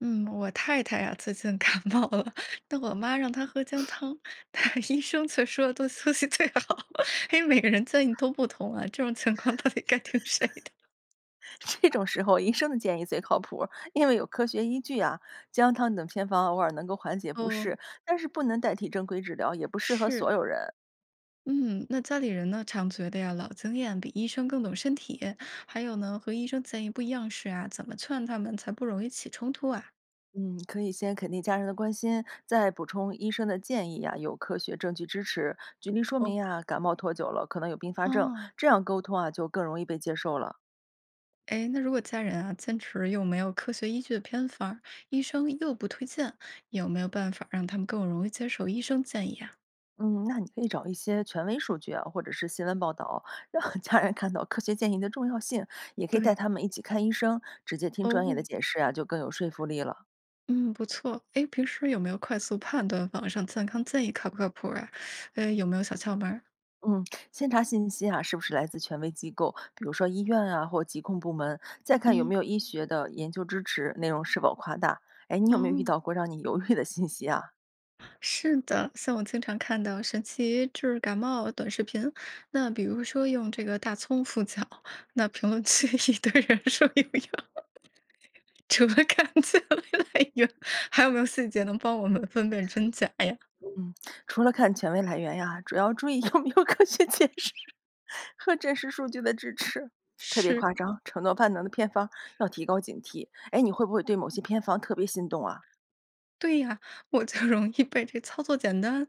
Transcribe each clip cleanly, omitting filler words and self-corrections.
嗯，我太太呀、最近感冒了，但我妈让她喝姜汤，但医生却说多休息最好。因为每个人建议都不同啊，这种情况到底该听谁的？这种时候，医生的建议最靠谱，因为有科学依据啊。姜汤等偏方偶尔能够缓解不哦，适，但是不能代替正规治疗，也不适合是，所有人。嗯，那家里人呢，常觉得呀，老经验比医生更懂身体，还有呢，和医生建议不一样时啊，怎么劝他们才不容易起冲突啊？嗯，可以先肯定家人的关心，再补充医生的建议呀、有科学证据支持。举例说明哦，呀、感冒拖久了可能有并发症，哦。这样沟通啊就更容易被接受了。哎，那如果家人啊坚持又没有科学依据的偏方儿，医生又不推荐，有没有办法让他们更容易接受医生建议啊？嗯，那你可以找一些权威数据啊，或者是新闻报道，让 家人看到科学建议的重要性，也可以带对，他们一起看医生，直接听专业哦，的解释啊，就更有说服力了。嗯，不错。哎，平时有没有快速判断网上健康建议靠不靠谱啊？有没有小窍门儿？嗯，先查信息啊，是不是来自权威机构，比如说医院啊或疾控部门，再看有没嗯，有医学的研究支持，内容是否夸大。哎，你有没有遇哦，到过让你犹豫的信息啊？是的，像我经常看到神奇治感冒短视频，那比如说用这个大葱敷脚，那评论区 一堆人说有用，除了看资料来源，还有没有细节能帮我们分辨真假呀？嗯，除了看权威来源呀，主要注意有没有科学解释 和真实数据的支持。特别是，夸张、承诺万能的偏方要提高警惕。哎，你会不会对某些偏方特别心动啊？对呀，我就容易被这操作简单、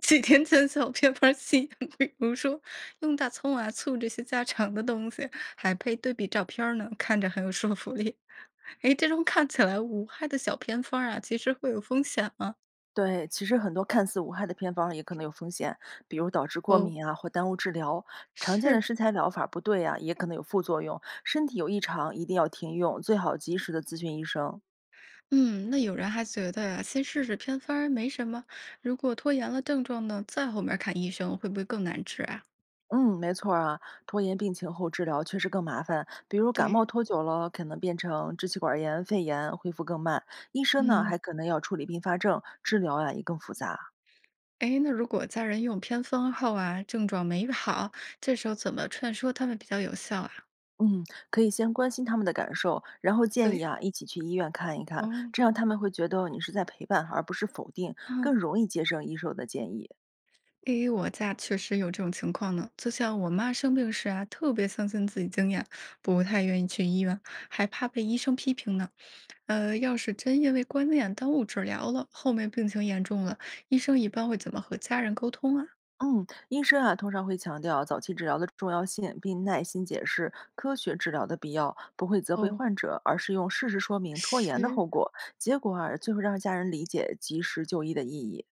几天见小偏方吸引。比如说，用大葱啊、醋这些家常的东西，还配对比照片儿呢，看着很有说服力。诶，这种看起来无害的小偏方儿啊，其实会有风险吗？对，其实很多看似无害的偏方也可能有风险，比如导致过哦，敏啊，或耽误治疗。常见的是。食材疗法不对啊，也可能有副作用，身体有异常一定要停用，最好及时的咨询医生。嗯，那有人还觉得呀，先试试偏方儿没什么，如果拖延了症状呢，再后面儿看医生会不会更难治啊？嗯，没错儿啊，拖延病情后治疗确实更麻烦，比如感对，冒拖久了，可能变成支气管炎、肺炎，恢复更慢。医生呢，嗯，还可能要处理并发症，治疗呀、也更复杂。哎，那如果家人用偏方后啊，症状没好，这时候怎么劝说他们比较有效啊？嗯，可以先关心他们的感受，然后建议对，啊一起去医院看一看，哦，这样他们会觉得你是在陪伴，而不是否定，更嗯。容易接受医生的建议。诶，我家确实有这种情况呢。就像我妈生病时啊，特别相信自己经验，不太愿意去医院，还怕被医生批评呢。要是真因为观念耽误治疗了，后面病情严重了，医生一般会怎么和家人沟通啊？嗯，医生啊通常会强调早期治疗的重要性，并耐心解释科学治疗的必要，不会责备哦，患者，而是用事实说明拖延的是，后果，结果啊最后让家人理解及时就医的意义。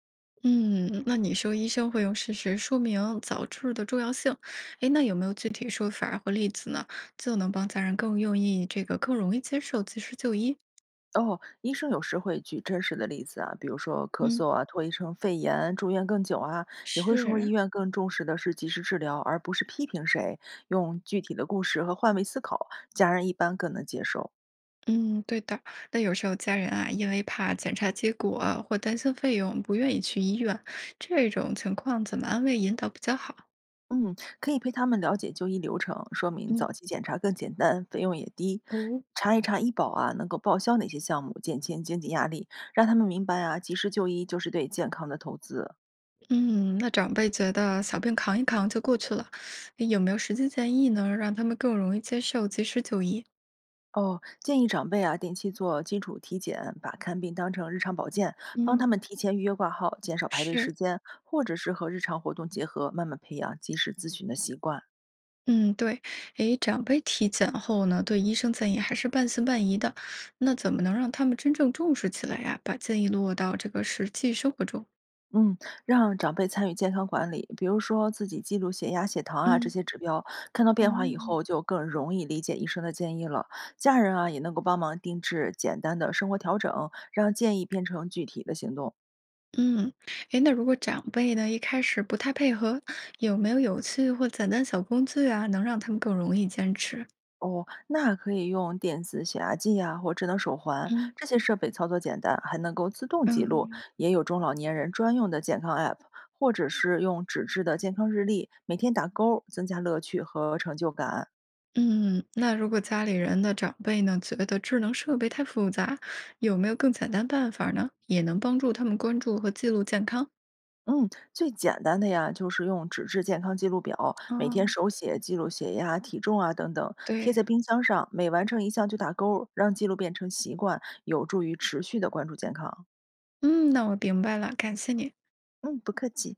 嗯，那你说医生会用事实说明早治的重要性？诶，那有没有具体说法儿或例子呢？就能帮家人更愿意这个更容易接受及时就医？哦，医生有时会举真实的例子啊，比如说咳嗯，嗽啊，拖延成肺炎，住院更久啊，也会说医是院更重视的是及时治疗，而不是批评谁，用具体的故事和换位思考，家人一般更能接受。嗯，对的。那有时候家人啊，因为怕检查结果啊或担心费用，不愿意去医院，这种情况怎么安慰引导比较好？嗯，可以陪他们了解就医流程，说明嗯，早期检查更简单，费用也低。哦，查一查医保啊，能够报销哪些项目，减轻经济压力，让他们明白啊，及时就医就是对健康的投资。嗯，那长辈觉得小病扛一扛就过去了，诶有没有实际建议呢？让他们更容易接受，及时就医。哦，建议长辈啊定期做基础体检，把看病当成日常保健，帮他嗯，们提前预约挂号，减少排队是，时间，或者是和日常活动结合，慢慢培养及时咨询的习惯。嗯，对。诶，长辈体检后呢，对医生建议还是半信半疑的，那怎么能让他们真正重视起来呀、把建议落到这个实际生活中？嗯，让长辈参与健康管理，比如说自己记录血压、血糖啊这嗯。些指标，看到哦，变化以后就更容易理解医生的建议了。家人啊也能够帮忙定制简单的生活调整，让建议变成具体的行动。嗯，诶，那如果长辈呢，一开始不太配合，有没有有趣或简单小工具啊，能让他们更容易坚持？哦，那可以用电子血压计呀、或智能手环，嗯这些设备操作简单，还能够自动记录。嗯也有中老年人专用的健康 App，或者是用纸质的健康日历，每天打勾增加乐趣和成就感。嗯，那如果家里人的长辈呢，觉得智能设备太复杂，有没有更简单办法呢？也能帮助他们关注和记录健康。嗯，最简单的呀，就是用纸质健康记录表，每天哦。手写记录血压、体重啊等等，贴在对，冰箱上，每完成一项就打勾让记录变成习惯，有助于持续的关注健康。嗯，那我明白了，感谢你。嗯，不客气。